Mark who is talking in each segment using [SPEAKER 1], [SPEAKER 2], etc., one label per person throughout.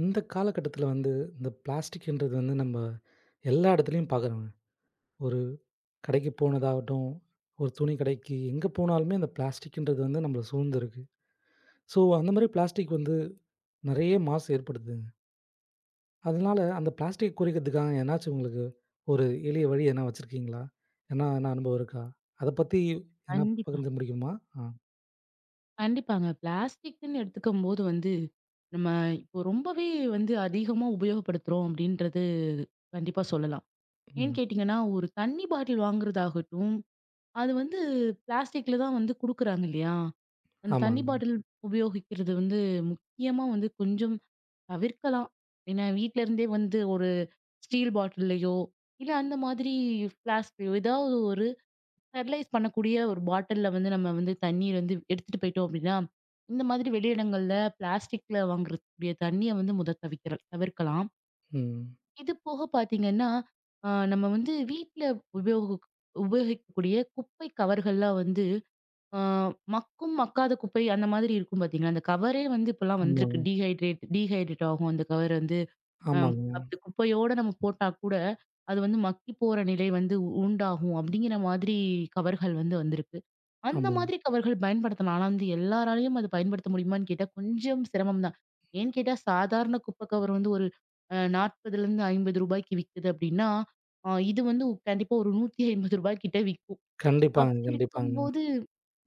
[SPEAKER 1] இந்த காலகட்டத்தில வந்து, இந்த பிளாஸ்டிக்ன்றது வந்து நம்ம எல்லா இடத்துலயும் பார்க்குறோங்க. ஒரு கடைக்கு போனதாகட்டும், ஒரு துணி கடைக்கு, எங்க போனாலுமே அந்த பிளாஸ்டிக்ன்றது வந்து நம்மள சூழ்ந்திருக்கு. ஸோ, அந்த மாரி பிளாஸ்டிக் வந்து நெறைய மாசு ஏற்படுத்துதுங்க. அதனால அந்த பிளாஸ்டிக் குறைக்கிறதுக்காக எதனாச்சும் உங்களுக்கு ஒரு எளிய வழி எதனா வச்சிருக்கீங்களா? எதனா எதனா அனுபவம் இருக்கா? அத பத்தி எதனா
[SPEAKER 2] கண்டிப்பா.
[SPEAKER 1] பகிர்ந்து முடியுமா? ஆ.
[SPEAKER 2] கண்டிப்பாங்க. பிளாஸ்டிக்ன்னு எடுத்துக்கும்போது வந்து, நம்ம இப்போ ரொம்பவே வந்து அதிகமா உபயோகப்படுத்துறோம் அப்படின்றது கண்டிப்பா சொல்லலாம். ஏன்னு
[SPEAKER 1] ம்.
[SPEAKER 2] கேட்டீங்கன்னா, ஒரு தண்ணி பாட்டில் வாங்குறதாகட்டும், அது வந்து பிளாஸ்டிக்ல தான் வந்து குடுக்குறாங்க இல்லையா? அந்த தண்ணி
[SPEAKER 1] ஆமாங்க.
[SPEAKER 2] பாட்டில் உபயோகிக்கிறது வந்து முக்கியமா வந்து கொஞ்சம் தவிர்க்கலாம். ஏன்னா வீட்ல இருந்தே வந்து ஒரு ஸ்டீல் பாட்டில்லயோ, இல்ல அந்த மாதிரி பிளாஸ்க் ஏதாவது ஒரு ஸ்டெர்லைஸ் பண்ணக்கூடிய ஒரு பாட்டில்ல வந்து நம்ம வந்து தண்ணீர் வந்து எடுத்துட்டு போயிட்டோம் அப்படின்னா, இந்த மாதிரி வெளியிடங்கள்ல பிளாஸ்டிக்ல வாங்கக்கூடிய தண்ணிய வந்து முத தவிக்கிற தவிர்க்கலாம்.
[SPEAKER 1] ம்.
[SPEAKER 2] இது போக பார்த்தீங்கன்னா, நம்ம வந்து வீட்ல உபயோக உபயோகிக்கக்கூடிய குப்பை கவர்கள்லாம் வந்து அ மக்கும் மக்காத குப்பை அந்த மாதிரி இருக்கும் பார்த்தீங்களா? அந்த கவரே வந்து இப்பலாம் வந்திருக்கு.
[SPEAKER 1] ஆமாங்க.
[SPEAKER 2] டீஹைட்ரேட் டீஹைட்ரேட் ஆகும் அந்த கவர் வந்து.
[SPEAKER 1] ஆமாங்க.
[SPEAKER 2] அப்படி குப்பையோட நம்ம போட்டா கூட, அது வந்து மக்கி போற நிலை வந்து உண்டாகும் அப்படிங்கிற மாதிரி கவர்கள் வந்து வந்திருக்கு. அந்த
[SPEAKER 1] ஆமாங்க.
[SPEAKER 2] மாதிரி கவர்கள் பயன்படுத்தலாம். ஆனா வந்து எல்லாராலயும் அது பயன்படுத்த முடியுமான்னு கேட்டா, கொஞ்சம் சிரமம் தான். ஏன்னு கேட்டா, சாதாரண குப்பை கவர் வந்து ஒரு ரூ. 40 150க்கு விக்குது அப்படின்னா, இது வந்து கண்டிப்பா ஒரு ரூ. 150 கிட்ட விக்கும்.
[SPEAKER 1] கண்டிப்பாங்க,
[SPEAKER 2] அப்படி
[SPEAKER 1] கண்டிப்பாங்க.
[SPEAKER 2] இருக்கும்போது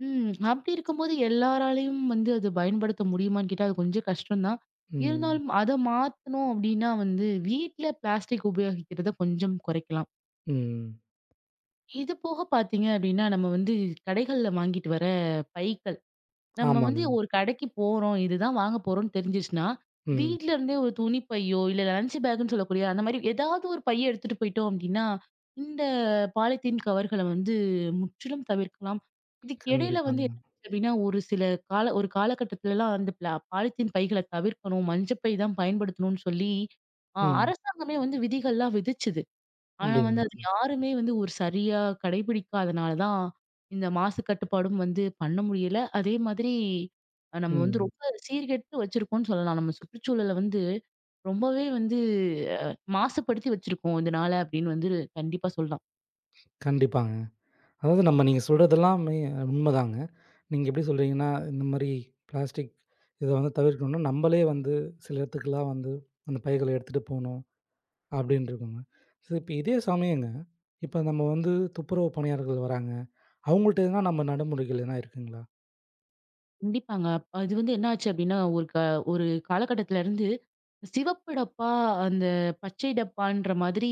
[SPEAKER 2] அப்படி இருக்கும்போது எல்லாராலயும் வந்து அது பயன்படுத்த முடியுமான்னு கேட்டா, அது கொஞ்சம் கஷ்டம் தான்.
[SPEAKER 1] ம்.
[SPEAKER 2] இருந்தாலும் அத மாத்தணும் அப்படின்னா வந்து, வீட்ல பிளாஸ்டிக் உபயோகிக்கிறத கொஞ்சம் குறைக்கலாம்.
[SPEAKER 1] ம்.
[SPEAKER 2] இது போக பார்த்தீங்க அப்படின்னா, நம்ம வந்து கடைகள்ல வாங்கிட்டு வர பைகள் நம்ம வந்து
[SPEAKER 1] ஆமாங்க.
[SPEAKER 2] ஒரு கடைக்கு போறோம். இதுதான் வாங்க போறோம்ன்னு தெரிஞ்சுச்சுன்னா,
[SPEAKER 1] ம்.
[SPEAKER 2] வீட்ல இருந்தே ஒரு துணி பையோ, இல்ல லஞ்ச் பேக்குன்னு சொல்லக்கூடிய அந்த மாரி ஏதாவது ஒரு பைய எடுத்துட்டு போயிட்டோம் அப்டின்னா, இந்த பாலித்தீன் கவர்கள வந்து முற்றிலும் தவிர்க்கலாம். இதுக்கு இடையில வந்து
[SPEAKER 1] கண்டிப்பாங்க.
[SPEAKER 2] என்ன ஆச்சு அப்டின்னா, ஒரு சில ஒரு காலகட்டத்துலலாம் அந்த பாலித்தீன் பைகள தவிர்க்கணும். மஞ்ச பை தான் பயன்படுத்தணும்னு சொல்லி,
[SPEAKER 1] ம்.
[SPEAKER 2] அரசாங்கமே வந்து விதிகள்லாம் விதிச்சது. ஆனா வந்து
[SPEAKER 1] அப்படிங்களா?
[SPEAKER 2] அது யாருமே வந்து ஒரு சரியா கடைபிடிக்காதனால தான், இந்த மாசு கட்டுப்பாடும் வந்து பண்ண முடியல. அதே மாதிரி நம்ம வந்து
[SPEAKER 1] ம்.
[SPEAKER 2] ரொம்ப சீர்கெட்டு வச்சிருக்கோம்ன்னு சொல்லலாம். நம்ம சுற்றுச்சூழல வந்து ரொம்பவே வந்து அ மாசுபடுத்தி வச்சிருக்கோம் இதனால அப்படின்னு வந்து கண்டிப்பா சொல்லலாம்.
[SPEAKER 1] கண்டிப்பாங்க. அதாவது நம்ம நீங்க சொல்றதெல்லாமே உண்மதாங்க. நீங்க எப்படி சொல்றீங்கன்னா, இந்த மாரி பிளாஸ்டிக் இத வந்து தவிர்க்கணும்னா, நம்பளே வந்து சில இடத்துக்குலாம் வந்து அந்த பைகள எடுத்துட்டு போணும் அப்படின்னு இருக்குங்க. சோ இப்ப இதே சமயங்க, இப்ப நம்ம வந்து துப்புரவு பணியாளர்கள் வராங்க. அவங்கள்ட்ட எதுனா நம்ம நடைமுறைகள் எதுனா இருக்குங்களா?
[SPEAKER 2] கண்டிப்பாங்க. அப்ப அது வந்து என்ன ஆச்சு அப்டின்னா, ஒரு ஒரு காலகட்டத்துல இருந்து சிவப்பு டப்பா, அந்த பச்சை டப்பான்ற மாதிரி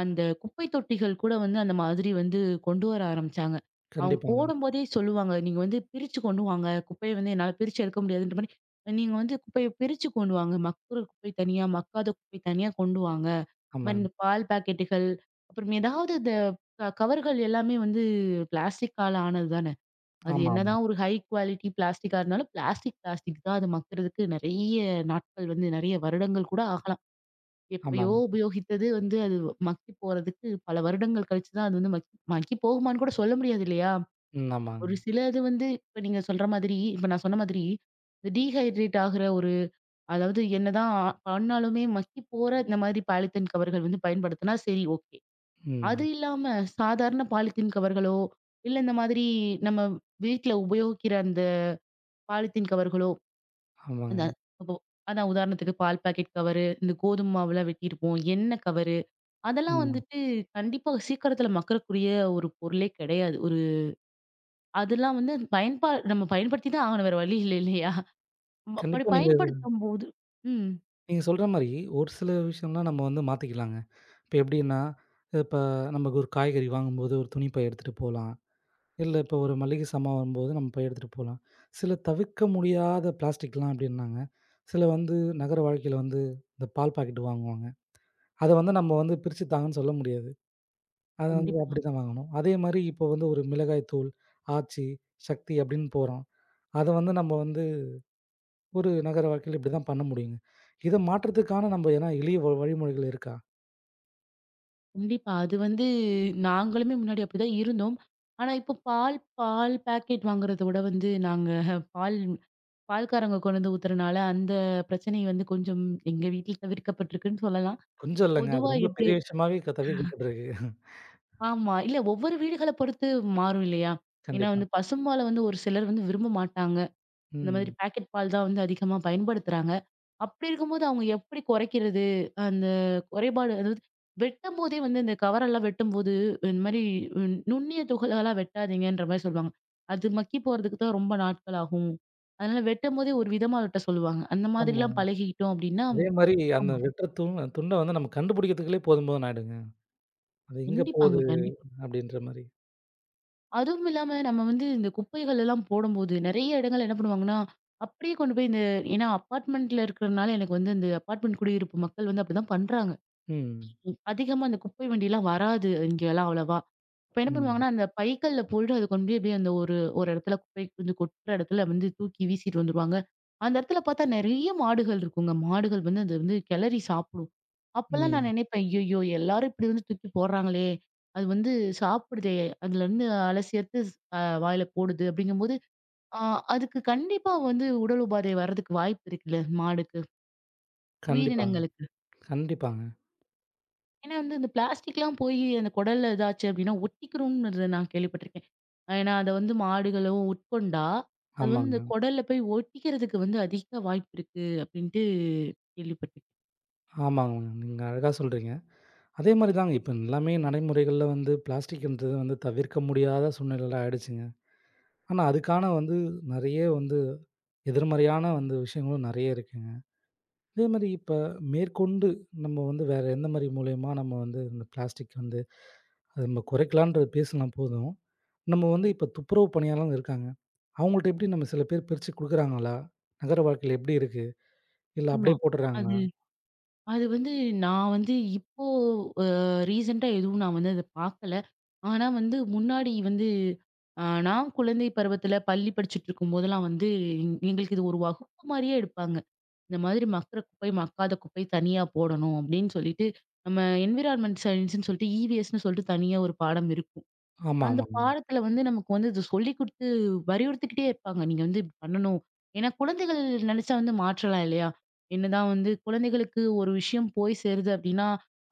[SPEAKER 2] அந்த குப்பை தொட்டிகள் கூட வந்து அந்த மாதிரி வந்து கொண்டு வர ஆரம்பிச்சாங்க. அவங்க
[SPEAKER 1] கண்டிப்பாங்க.
[SPEAKER 2] போடும்போதே சொல்லுவாங்க, "நீங்க வந்து பிரிச்சு கொண்டு வாங்க. குப்பைய வந்து என்னால பிரிச்சு எடுக்க முடியாதுன்ற மாரி, நீங்க வந்து குப்பைய பிரிச்சு கொண்டு வாங்க. மக்குற குப்பை தனியா, மக்காத குப்பை தனியா கொண்டு வாங்க." இந்த மாரி
[SPEAKER 1] ஆமாங்க.
[SPEAKER 2] இந்த பால் பாக்கெட்டுகள், அப்புறம் ஏதாவது இந்த கவர்கள் எல்லாமே வந்து பிளாஸ்டிக்கால ஆனது தான. அது
[SPEAKER 1] ஆமா, ஆமா.
[SPEAKER 2] என்னதான் ஒரு ஹை குவாலிட்டி பிளாஸ்டிக்கா இருந்தாலும் பிளாஸ்டிக் பிளாஸ்டிக் தான். அது மக்குறதுக்கு நெறைய நாட்கள் வந்து நெறைய வருடங்கள் கூட ஆகலாம். எப்பயோ
[SPEAKER 1] ஆமாங்க.
[SPEAKER 2] உபயோகித்தது வந்து அது மக்கி போறதுக்கு பல வருடங்கள் கழிச்சு தான் அது வந்து மக்கி போகுமான்னு கூட சொல்ல முடியாது இல்லையா?
[SPEAKER 1] ம். ஆமாங்க.
[SPEAKER 2] ஒரு சிலது வந்து இப்ப நீங்க சொல்ற மாதிரி இப்ப நான் சொன்ன மாதிரி இந்த டீஹைட்ரேட் ஆகுற ஒரு அதாவது என்னதான் பண்ணாலுமே மக்கி போற இந்த மாதிரி பாலித்தீன் கவர்கள் வந்து பயன்படுத்தினா சரி ஓகே. அது
[SPEAKER 1] ம்.
[SPEAKER 2] இல்லாம சாதாரண பாலித்தீன் கவர்களோ, இல்ல இந்த மாதிரி நம்ம வீட்ல உபயோகிக்கிற பாலித்தீன் கவர்களோ, அந்த
[SPEAKER 1] ஆமாங்க.
[SPEAKER 2] இப்போ அதான் உதாரணத்துக்கு பால் பாக்கெட் கவரு, இந்த கோதும மாவுலாம் வெட்டியிருப்போம். எண்ணெய் கவரு, அதெல்லாம்
[SPEAKER 1] ஆமாங்க.
[SPEAKER 2] வந்துட்டு கண்டிப்பா சீக்கிரத்தில மக்கக்கூடிய ஒரு பொருளே கிடையாது. ஒரு அதெல்லாம் வந்து நம்ம பயன்படுத்தி தான் ஆகணும். வேற வழி இல்ல இல்லையா? அப்படி
[SPEAKER 1] கண்டிப்பா நீங்க
[SPEAKER 2] பயன்படுத்தும்போது ம்.
[SPEAKER 1] நீங்க சொல்ற மாரி, ஒரு சில விஷயம்லாம் நம்ம வந்து மாத்திக்கலாங்க. இப்ப எப்படின்னா, இப்ப நமக்கு ஒரு காய்கறி வாங்கும்போது ஒரு துணி பை எடுத்துட்டு போலாம். இல்ல இப்ப ஒரு மளிகை சாமான் வரும்போது நம்ம பை எடுத்துட்டு போலாம். சில தவிர்க்க முடியாத பிளாஸ்டிக்லாம் எப்படின்னாங்க, சில வந்து நகர வாழ்க்கையில வந்து இந்த பால் பாக்கெட் வாங்குவாங்க. அத வந்து நம்ம வந்து பிரிச்சு தாங்கன்னு சொல்ல முடியாது. அத வந்து
[SPEAKER 2] கண்டிப்பா,
[SPEAKER 1] அப்படிதான் வாங்கணும். அதே மாரி இப்ப வந்து ஒரு மிளகாய் தூள், ஆச்சி, சக்தி அப்படின்னு போறோம். அத வந்து நம்ம வந்து ஒரு நகர வாழ்க்கையில இப்படிதான் பண்ண முடியுங்க. இத மாற்றத்துக்கான நம்ம எதனா எளிய வழிமுறைகள் இருக்கா?
[SPEAKER 2] கண்டிப்பா. அது வந்து நாங்களுமே முன்னாடி அப்படிதான் இருந்தோம். ஆனா, இப்போ பால் பால் பாக்கெட் வாங்குறத விட வந்து நாங்க பால் பால்காரங்க கொண்டு வந்து ஊத்துறனால, அந்த பிரச்சனை வந்து கொஞ்சம் எங்க வீட்ல தவிர்க்கப்பட்டிருக்குன்னு சொல்லலாம்.
[SPEAKER 1] கொஞ்சம் இல்லங்க.
[SPEAKER 2] பொதுவா
[SPEAKER 1] அது ரொம்ப
[SPEAKER 2] எப்படி
[SPEAKER 1] பெரிய விஷயமாவே தவிர்க்கப்பட்டிருக்கு.
[SPEAKER 2] ஆமா. இல்ல ஒவ்வொரு வீடுகள பொறுத்து மாறும் இல்லையா? ஏன்னா
[SPEAKER 1] கண்டிப்பா.
[SPEAKER 2] வந்து பசும்பால வந்து ஒரு சிலர் வந்து விரும்ப மாட்டாங்க. இந்த மாதிரி
[SPEAKER 1] ம்.
[SPEAKER 2] பாக்கெட் பால் தான் வந்து அதிகமா பயன்படுத்துறாங்க. அப்படி இருக்கும்போது அவங்க எப்படி குறைக்கிறது? அந்த குறைபாடு அதாவது வெட்டும்போதே வந்து இந்த கவரெல்லாம் வெட்டும்போது, இந்த மாரி நுண்ணிய துகள்களா வெட்டாதீங்கன்ற மாரி சொல்லுவாங்க. அது மக்கி போறதுக்கு தான் ரொம்ப நாட்கள் ஆகும். அதனால வெட்டும்போதே ஒரு விதமா வெட்ட சொல்லுவாங்க. அந்த
[SPEAKER 1] ஆமா.
[SPEAKER 2] மாதிரிலாம் பழகிக்கிட்டோம் அப்படின்னா
[SPEAKER 1] அதே மாரி அந்த
[SPEAKER 2] ஆமா.
[SPEAKER 1] வெட்டுற துண்ட வந்து நம்ம கண்டுபிடிக்கிறதுக்குள்ளே போதும் போதும்ன்னு ஆயிடுங்க. அது எங்க
[SPEAKER 2] கண்டிப்பாங்க,
[SPEAKER 1] போகுது
[SPEAKER 2] கண்டிப்பா.
[SPEAKER 1] அப்டின்ற மாரி.
[SPEAKER 2] அதுவும் இல்லாம நம்ம வந்து இந்த குப்பைகள் எல்லாம் போடும்போது, நெறைய இடங்கள்ல என்ன பண்ணுவாங்கன்னா, அப்படியே கொண்டு போய் இந்த ஏன்னா அப்பார்ட்மெண்ட்ல இருக்கிறனால எனக்கு வந்து இந்த அப்பார்ட்மெண்ட் குடியிருப்பு மக்கள் வந்து அப்படிதான் பண்றாங்க.
[SPEAKER 1] ம்.
[SPEAKER 2] அதிகமா அந்த குப்பை வண்டிலாம் வராது இங்கலாம் அவ்வளவா. அப்ப என்ன
[SPEAKER 1] ம்.
[SPEAKER 2] பண்ணுவாங்கன்னா, அந்த பைகள்ல போயிட்டு அது கொண்டு போய் அப்படியே அந்த ஒரு ஒரு இடத்துல குப்பை வந்து கொட்டுற இடத்துல வந்து தூக்கி வீசிட்டு வந்துருவாங்க. அந்த இடத்துல பார்த்தா நெறைய மாடுகள் இருக்குங்க. மாடுகள் வந்து அது வந்து கிளறி சாப்பிடும். அப்பலாம் நான்
[SPEAKER 1] ம்.
[SPEAKER 2] நினைப்பேன், ஐய்யய்யோ! எல்லாரும் இப்படி வந்து தூக்கி போடுறாங்களே! அது வந்து சாப்பிடுதே! அதுலருந்து அலசி எடுத்து வாயில போடுது அப்படிங்கும்போது, அ அதுக்கு கண்டிப்பா வந்து உடல் உபாதை வர்றதுக்கு வாய்ப்பு இருக்குல்ல மாடுக்கு,
[SPEAKER 1] கண்டிப்பாங்க,
[SPEAKER 2] உயிரினங்களுக்கு.
[SPEAKER 1] கண்டிப்பாங்க.
[SPEAKER 2] ஏன்னா வந்து இந்த பிளாஸ்டிக்லாம் போய் அந்த குடல்ல இதாச்சு அப்டின்னா ஒட்டிக்கிரும்ங்கிறத நான் கேள்விப்பட்டுருக்கேன். ஏன்னா அத வந்து மாடுகளோ உட்கொண்டா, அது வந்து
[SPEAKER 1] ஆமாங்க,
[SPEAKER 2] இந்த குடல்ல போய் ஒட்டிக்கிறதுக்கு வந்து அதிக வாய்ப்பு இருக்கு அப்டின்ட்டு கேள்விப்பட்டுருக்கேன்.
[SPEAKER 1] ஆமாங்க. நீங்க அழகா சொல்றீங்க. அதே மாரி தாங்க இப்ப எல்லாமே நடைமுறைகள்ல வந்து பிளாஸ்டிக்ன்றது வந்து தவிர்க்க முடியாத சூழ்நிலைலாம் ஆயிடுச்சுங்க. ஆனா, அதுக்கான வந்து நெறைய வந்து எதிர்மறையான வந்து விஷயங்களும் நெறைய இருக்கு. இதே மாரி இப்ப மேற்கொண்டு நம்ம வந்து வேற எந்த மாரி மூலியமா நம்ம வந்து இந்த பிளாஸ்டிக் வந்து அத நம்ம குறைக்கலான்றது பேசுனா போதும். நம்ம வந்து இப்ப துப்புரவு பணியாளர்கள் இருக்காங்க. அவங்கள்ட்ட எப்படி நம்ம சில பேர் பிரிச்சு குடுக்குறாங்களா? நகர வாழ்க்கையில எப்படி இருக்கு? இல்ல
[SPEAKER 2] ஆமா.
[SPEAKER 1] அப்படியே போட்டுறாங்களா?
[SPEAKER 2] அது அது வந்து நான் வந்து இப்போ அ ரீசென்ட்டா எதுவும் நான் வந்து அத பார்க்கல. ஆனா வந்து முன்னாடி வந்து நான் குழந்தை பருவத்தில பள்ளி படிச்சுட்டு இருக்கும்போதெல்லாம் வந்து எங்களுக்கு இது ஒரு வகுப்பு மாரியே எடுப்பாங்க. இந்த மாதிரி மக்குற குப்பை, மக்காத குப்பை தனியா போடணும் அப்படின்னு சொல்லிட்டு, நம்ம என்விரான்மென்ட் சயன்ஸ்ன்னு சொல்லிட்டு இவிஎஸ்ன்னு சொல்லிட்டு தனியா ஒரு பாடம் இருக்கும்.
[SPEAKER 1] ஆமா,
[SPEAKER 2] அந்த
[SPEAKER 1] ஆமாங்க.
[SPEAKER 2] பாடத்துல வந்து நமக்கு வந்து இது சொல்லிக் குடுத்து வலியுறுத்திக்கிட்டே இருப்பாங்க. நீங்க வந்து இப்படி பண்ணணும். ஏன்னா குழந்தைகள் நினைச்சா வந்து மாற்றலாம் இல்லையா? என்னதான் வந்து குழந்தைகளுக்கு ஒரு விஷயம் போய் சேருது அப்படின்னா,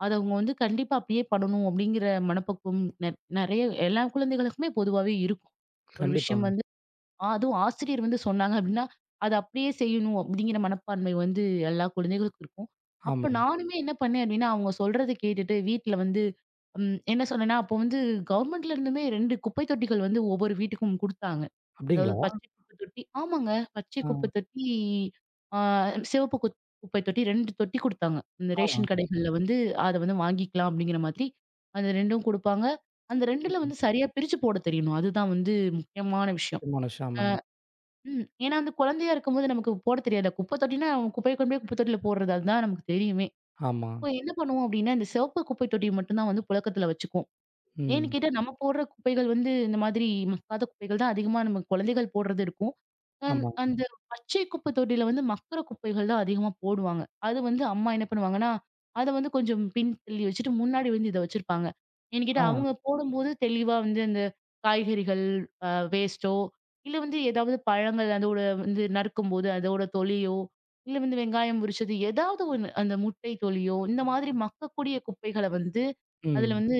[SPEAKER 2] அத அவங்க வந்து கண்டிப்பா அப்படியே பண்ணணும் அப்படிங்கிற மனப்பக்குவம் நெறைய எல்லா குழந்தைகளுக்குமே பொதுவாவே இருக்கும். ஒரு விஷயம்
[SPEAKER 1] கண்டிப்பாங்க.
[SPEAKER 2] வந்து அதுவும் ஆசிரியர் வந்து சொன்னாங்க அப்டின்னா, அத அப்படியே செய்யணும் அப்படிங்கிற மனப்பான்மை வந்து எல்லா குழந்தைகளுக்கும் இருக்கும். அப்ப
[SPEAKER 1] ஆமாங்க.
[SPEAKER 2] நானுமே என்ன பண்ணேன் அப்டின்னா, அவங்க சொல்றத கேட்டுட்டு வீட்ல வந்து என்ன சொன்னேன்னா, அப்போ வந்து கவர்மெண்ட்ல இருந்துமே 2 குப்பை தொட்டிகள் வந்து ஒவ்வொரு வீட்டுக்கும் குடுத்தாங்க. அதாவது
[SPEAKER 1] அப்படிங்களா?
[SPEAKER 2] பச்சை குப்பை தொட்டி ஆமாங்க. பச்சை
[SPEAKER 1] ஆ,
[SPEAKER 2] குப்பை தொட்டி, ஆ சிவப்பு குப்பை தொட்டி 2 தொட்டி குடுத்தாங்க. இந்த ரேஷன்
[SPEAKER 1] ஆ.
[SPEAKER 2] கடைகள்ல வந்து அத வந்து வாங்கிக்கலாம் அப்படிங்கிற மாதிரி, அந்த 2ம் குடுப்பாங்க. அந்த 2ல
[SPEAKER 1] ம்.
[SPEAKER 2] வந்து சரியா பிரிச்சு போட தெரியணும். அதுதான் வந்து முக்கியமான விஷயம்.
[SPEAKER 1] செரிமான விஷயம். ஆமாங்க.
[SPEAKER 2] ஏன்னா வந்து குழந்தையா இருக்கும்போது நமக்கு போட தெரியாதுல. குப்பை தொட்டின்னா குப்பைய கொண்டு போய் குப்பை தொட்டியில போடுறது. அதுதான் நமக்கு தெரியுமே.
[SPEAKER 1] ஆமா.
[SPEAKER 2] இப்போ என்ன பண்ணுவோம் அப்டின்னா, இந்த சிவப்பு குப்பை தொட்டி மட்டும் தான் வந்து புழக்கத்துல வச்சுக்குவோம். ஏன்னு
[SPEAKER 1] ம்.
[SPEAKER 2] கேட்டா, நம்ம போடுற குப்பைகள் வந்து இந்த மாதிரி மக்காத குப்பைகள் தான் அதிகமா நம்ம குழந்தைகள் போடுறது இருக்கும்.
[SPEAKER 1] ஆமாங்க.
[SPEAKER 2] அந்த பச்சை குப்பை தொட்டியில வந்து மக்குற குப்பைகள் தான் அதிகமா போடுவாங்க. அது வந்து அம்மா என்ன பண்ணுவாங்கன்னா, அத வந்து கொஞ்சம் பின் தள்ளி வச்சுட்டு முன்னாடி வந்து இத வச்சிருப்பாங்க. ஏன்னு
[SPEAKER 1] ஆ.
[SPEAKER 2] கேட்டா, அவங்க போடும்போது தெளிவா வந்து அந்த காய்கறிகள் வேஸ்ட்டோ, இல்ல வந்து ஏதாவது பழங்கள் அதோட வந்து நறுக்கும்போது அதோட தொலியோ, இல்ல வந்து வெங்காயம் உரிச்சது ஏதாவது ஒண்ணு அந்த முட்டை தொலியோ, இந்த மாதிரி மக்கக்கூடிய குப்பைகள வந்து, அதுல
[SPEAKER 1] ம்.
[SPEAKER 2] வந்து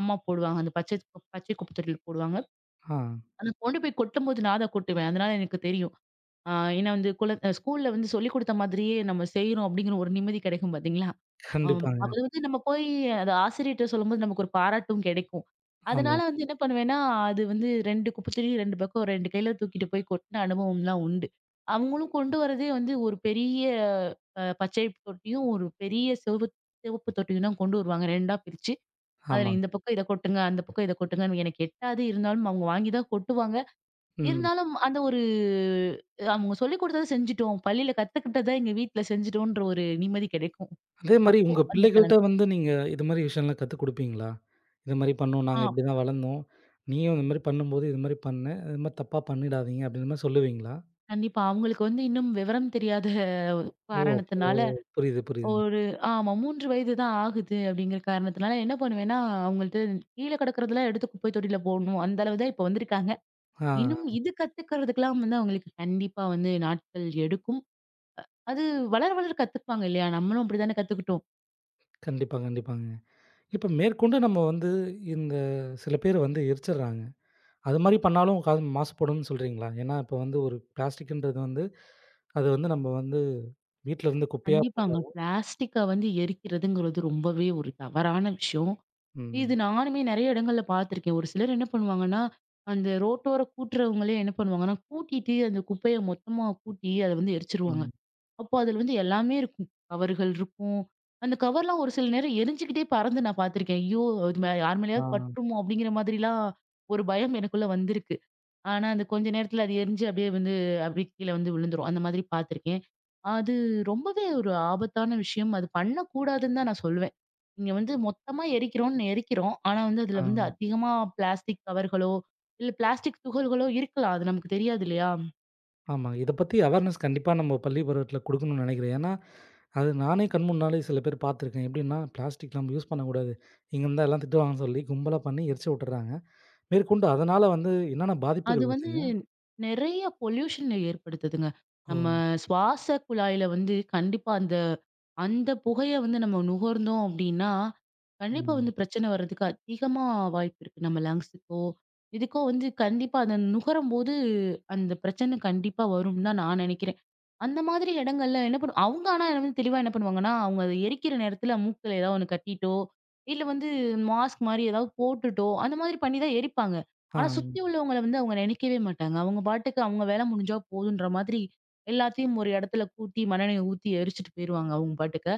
[SPEAKER 2] அம்மா போடுவாங்க. அந்த பச்சை குப்பை தொட்டியில போடுவாங்க.
[SPEAKER 1] ஆ.
[SPEAKER 2] அத கொண்டு போய் கொட்டும்போது நான் தான் கொட்டுவேன். அதனால எனக்கு தெரியும். ஆ ஏன்னா வந்து ஸ்கூல்ல வந்து சொல்லிக் குடுத்த மாதிரியே நம்ம செய்றோம் அப்படிங்கிற ஒரு நிம்மதி கிடைக்கும் பார்த்தீங்களா? ஆம். அது
[SPEAKER 1] கண்டிப்பாங்க.
[SPEAKER 2] வந்து நம்ம போய் அது ஆசிரியர்ட்ட சொல்லும்போது நமக்கு ஒரு பாராட்டும் கிடைக்கும்.
[SPEAKER 1] ஆமா.
[SPEAKER 2] அதனால வந்து என்ன பண்ணுவேன்னா, அது வந்து 2 குப்பைத்தொட்டி 2 பக்கம் 2 கையில தூக்கிட்டு போய் கொட்டுன அனுபவம்லாம் உண்டு.
[SPEAKER 1] ம்.
[SPEAKER 2] அவங்களும் கொண்டு வரதே வந்து ஒரு பெரிய பச்சை தொட்டியும், ஒரு பெரிய சிவப்பு சிவப்பு தொட்டியும் தான் கொண்டு வருவாங்க 2ஆ பிரிச்சு. அதுல
[SPEAKER 1] ஆமாங்க.
[SPEAKER 2] இந்த பக்கம் இத கொட்டுங்க, அந்த பக்கம் இத கொட்டுங்கன்னு எனக்கு எட்டாது. இருந்தாலும் அவங்க வாங்கி தான் கொட்டுவாங்க.
[SPEAKER 1] ம்.
[SPEAKER 2] இருந்தாலும் அந்த ஒரு அவங்க சொல்லிக் குடுத்தத செஞ்சுட்டோம். பள்ளியில கத்துக்கிட்டத எங்க வீட்ல செஞ்சுட்டோன்ற ஒரு நிம்மதி கிடைக்கும்.
[SPEAKER 1] அதே மாரி
[SPEAKER 2] அப்போ
[SPEAKER 1] உங்க
[SPEAKER 2] அந்த
[SPEAKER 1] பிள்ளைகள்ட்ட
[SPEAKER 2] காலங்க
[SPEAKER 1] வந்து நீங்க இது மாரி விஷயம்லாம் கத்துக் குடுப்பீங்களா? "இது மாரி பண்ணோம்.
[SPEAKER 2] ஆ
[SPEAKER 1] நாங்க இப்படி தான் வளர்ந்தோம். நீயும் இந்த மாரி பண்ணும்போது இது மாரி பண்ணு. இது மாரி தப்பா பண்ணிடாதீங்க." அப்படின்ற மாரி சொல்லுவீங்களா?
[SPEAKER 2] கண்டிப்பா. அவங்களுக்கு வந்து இன்னும் விவரம் தெரியாத
[SPEAKER 1] ஓ! அப்போ
[SPEAKER 2] காரணத்தினால
[SPEAKER 1] புரியுது, புரியுதுங்க.
[SPEAKER 2] ஒரு ஆமா 3 வயது தான் ஆகுது அப்படிங்கிற காரணத்தினால என்ன பண்ணுவேன்னா, அவங்கள்ட்ட கீழ கிடக்கிறதெல்லாம் எடுத்து குப்பை தொட்டியில போடணும். அந்த அளவு தான் இப்ப வந்திருக்காங்க.
[SPEAKER 1] ஆ
[SPEAKER 2] இன்னும் இது கத்துக்கிறதுக்கெல்லாம் வந்து அவங்களுக்கு கண்டிப்பா வந்து நாட்கள் எடுக்கும். அது வளர, வளர கத்துப்பாங்க இல்லையா? நம்மளும் அப்படித்தானே கத்துக்கிட்டோம்.
[SPEAKER 1] கண்டிப்பா, கண்டிப்பாங்க. இப்ப மேற்கொண்டு நம்ம வந்து இந்த சில பேர் வந்து எரிச்சர்றாங்க. அது மாரி பண்ணாலும் காது மாசுபடும்னு சொல்றீங்களா? ஏன்னா இப்ப வந்து ஒரு பிளாஸ்டிக்ன்றது வந்து அது வந்து நம்ம வந்து வீட்ல இருந்து குப்பையா
[SPEAKER 2] கண்டிப்பாங்க.
[SPEAKER 1] போட்டாலும்
[SPEAKER 2] பிளாஸ்டிக்க வந்து எரிக்கிறதுங்கிறது ரொம்பவே ஒரு தவறான விஷயம். இது
[SPEAKER 1] ம்,
[SPEAKER 2] நானுமே நெறைய இடங்கள்ல பார்த்துருக்கேன். ஒரு சிலர் என்ன பண்ணுவாங்கன்னா, அந்த ரோட்டோர கூட்டுறவங்களே என்ன பண்ணுவாங்கன்னா, கூட்டிட்டு அந்த குப்பைய மொத்தமா கூட்டி அத வந்து எரிச்சுருவாங்க.
[SPEAKER 1] ம்.
[SPEAKER 2] அப்போ அதுல வந்து எல்லாமே இருக்கும். கவர்கள் இருக்கும். அந்த கவர்லாம் ஒரு சில நேரம் எரிஞ்சுக்கிட்டே பறந்து நான் பார்த்துருக்கேன். ஐயோ! இது யார்
[SPEAKER 1] ஆ,
[SPEAKER 2] மேலயாவது பட்டுருமோ? அப்படிங்கிற மாதிரிலாம் ஒரு பயம் எனக்குள்ள வந்திருக்கு. ஆனா, அது கொஞ்ச நேரத்துல அது எரிஞ்சு அப்படியே வந்து அப்படியே கீழ வந்து விழுந்துரும். அந்த மாதிரி பார்த்துருக்கேன். அது ரொம்பவே ஒரு ஆபத்தான விஷயம். அது பண்ணக்கூடாதுன்னு தான் நான் சொல்லுவேன். நீங்க வந்து மொத்தமா எரிக்கிறோம்னு எரிக்கிறோம். ஆனா, வந்து
[SPEAKER 1] ஆ.
[SPEAKER 2] அதுல வந்து அதிகமா பிளாஸ்டிக் கவர்களோ, இல்ல பிளாஸ்டிக் துகள்களோ இருக்கலாம். அது நமக்கு தெரியாது இல்லையா?
[SPEAKER 1] ஆமாங்க. இத பத்தி அவேர்னஸ் கண்டிப்பா நம்ம பள்ளி பருவத்தில குடுக்கணும்னு நெனைக்கிறேன். ஏன்னா, அது நானே கண் முன்னாலே சில பேர் பார்த்துருக்கேன். எப்டின்னா, பிளாஸ்டிக் நம்ம யூஸ் பண்ணக்கூடாது. இங்க இருந்தா எல்லாம் திட்டுவாங்கன்னு சொல்லி கும்பலா பண்ணி எரிச்சு விட்டுர்றாங்க. மேற்கொண்டு அதனால வந்து என்னென்ன
[SPEAKER 2] அது
[SPEAKER 1] பாதிப்புகள்
[SPEAKER 2] வந்து
[SPEAKER 1] வருதுங்க?
[SPEAKER 2] நெறைய பொல்யூஷன ஏற்படுத்துதுங்க. நம்ம
[SPEAKER 1] ஓ!
[SPEAKER 2] சுவாச குழாயில வந்து கண்டிப்பா அந்த அந்த புகைய வந்து நம்ம நுகர்ந்தோம் அப்டின்னா, கண்டிப்பா
[SPEAKER 1] ம்.
[SPEAKER 2] வந்து பிரச்சனை வர்றதுக்கு அதிகமா வாய்ப்பு இருக்கு. நம்ம லங்ஸுக்கோ, இதுக்கோ வந்து கண்டிப்பா அத நுகரும்போது அந்த பிரச்சனை கண்டிப்பா வரும்னு தான் நான் நெனைக்கிறேன். அந்த மாதிரி இடங்கள்ல என்ன பண்ணும் அவங்க ஆனா வந்து தெளிவா என்ன பண்ணுவாங்கன்னா, அவங்க அத எரிக்கிற நேரத்துல மூக்குல ஏதாவது ஒண்ணு கட்டிட்டோ, இல்ல வந்து மாஸ்க் மாரி ஏதாவது போட்டுட்டோ, அந்த மாதிரி பண்ணி தான் எரிப்பாங்க.
[SPEAKER 1] ஆ.
[SPEAKER 2] ஆனா சுத்தி உள்ளவங்கள வந்து அவங்க நினைக்கவே மாட்டாங்க. அவங்க பாட்டுக்கு அவங்க வேலை முடிஞ்சா போதுன்ற மாதிரி, எல்லாத்தையும் ஒரு இடத்துல கூட்டி மண்ணெண்ணெய ஊத்தி எரிச்சுட்டு போயிருவாங்க அவங்க பாட்டுக்க.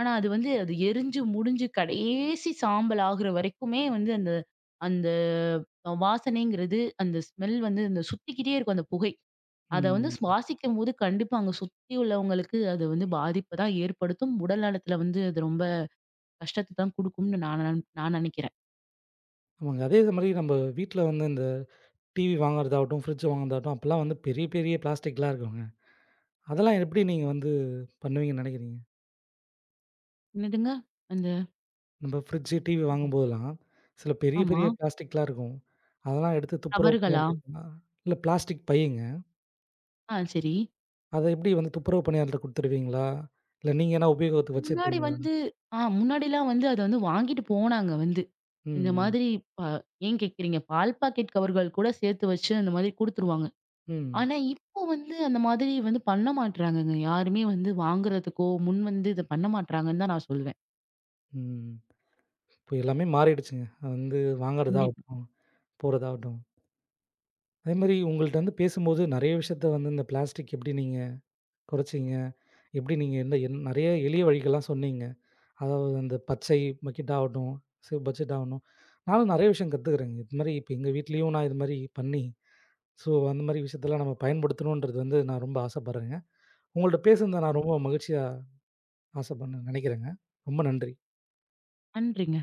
[SPEAKER 2] ஆனா அது வந்து அது எரிஞ்சு முடிஞ்சு கடைசி சாம்பல் ஆகுற வரைக்குமே வந்து அந்த அந்த வாசனைங்கிறது, அந்த ஸ்மெல் வந்து அந்த சுத்திக்கிட்டே இருக்கும் அந்த புகை. அத வந்து
[SPEAKER 1] ம்.
[SPEAKER 2] சுவாசிக்கும்போது கண்டிப்பா அங்க சுத்தி உள்ளவங்களுக்கு அது வந்து பாதிப்ப தான் ஏற்படுத்தும். உடல் நலத்துல வந்து அது ரொம்ப கஷ்டத்த தான் குடுக்கும்னு நான் நினைக்கிறேன்.
[SPEAKER 1] ஆமாங்க. அதே மாரி நம்ம வீட்ல வந்து இந்த டிவி வாங்குறதாகட்டும், ஃப்ரிட்ஜ் வாங்குறதாகட்டும், அப்பலாம் வந்து பெரிய பெரிய பிளாஸ்டிக்லாம் இருக்குங்க. அதெல்லாம் எப்டி நீங்க வந்து பண்ணுவீங்கன்னு நெனைக்கிறீங்க?
[SPEAKER 2] என்னதுங்க? அந்த
[SPEAKER 1] நம்ப ஃப்ரிட்ஜ், டிவி வாங்கும்போதெல்லாம், சில பெரிய
[SPEAKER 2] ஆமா.
[SPEAKER 1] பெரிய பிளாஸ்டிக்லாம் இருக்கும். அதெல்லாம் எடுத்து துப்புரவு
[SPEAKER 2] தவறுகளா?
[SPEAKER 1] பணியாளர் இல்ல பிளாஸ்டிக் பையுங்க.
[SPEAKER 2] ஆ சரி.
[SPEAKER 1] அத எப்படி வந்து துப்புரவு பணியாளர்ட்ட குடுத்துருவீங்களா? இல்ல நீங்க எதனா உபயோகத்துக்கு
[SPEAKER 2] முன்னாடி
[SPEAKER 1] வச்சிருப்பீங்களா?
[SPEAKER 2] வந்து ஆ முன்னாடிலாம் வந்து அத வந்து வாங்கிட்டு போனாங்க வந்து. இந்த
[SPEAKER 1] ம்,
[SPEAKER 2] மாதிரி ப ஏன் கேட்கிறீங்க? பால் பாக்கெட் கவர்கள் கூட சேர்த்து வச்சு அந்த மாதிரி குடுத்துருவாங்க.
[SPEAKER 1] ம்,
[SPEAKER 2] ஆனா, இப்போ வந்து அந்த மாதிரி வந்து பண்ண மாட்றாங்கங்க. யாருமே வந்து வாங்குறதுக்கோ, முன் வந்து இத பண்ண மாட்றாங்கன்னு தான் நான் சொல்வேன்.
[SPEAKER 1] ம். இப்போ எல்லாமே மாறிடுச்சுங்க. அது வந்து
[SPEAKER 2] கண்டிப்பா.
[SPEAKER 1] வாங்குறதாகட்டும், போறதாகட்டும். அதேமாரி உங்கள்ட்ட வந்து பேசும்போது நெறைய விஷயத்த வந்து இந்த பிளாஸ்டிக் எப்படி நீங்க குறைச்சீங்க? எப்படி நீங்க எந்த நெறைய எளிய வழிகள்லாம் சொன்னீங்க. அதாவது அந்த பச்சை பக்கெட் ஆகட்டும், சிவப்பு பட்ஜெட் ஆகணும். நானும் நெறைய விஷயம் கத்துக்கிறேங்க. இது மாரி இப்ப எங்க வீட்லயும் நான் இது மாரி பண்ணி, ஸோ அந்த மாரி விஷயத்தலாம் நம்ம பயன்படுத்தணுன்றது வந்து நான் ரொம்ப ஆசைப்படுறேங்க. உங்கள்ட்ட பேசுனத நான் ரொம்ப மகிழ்ச்சியா ஆசைப்பட்னு நினைக்கிறேங்க. ரொம்ப நன்றி.
[SPEAKER 2] நன்றிங்க.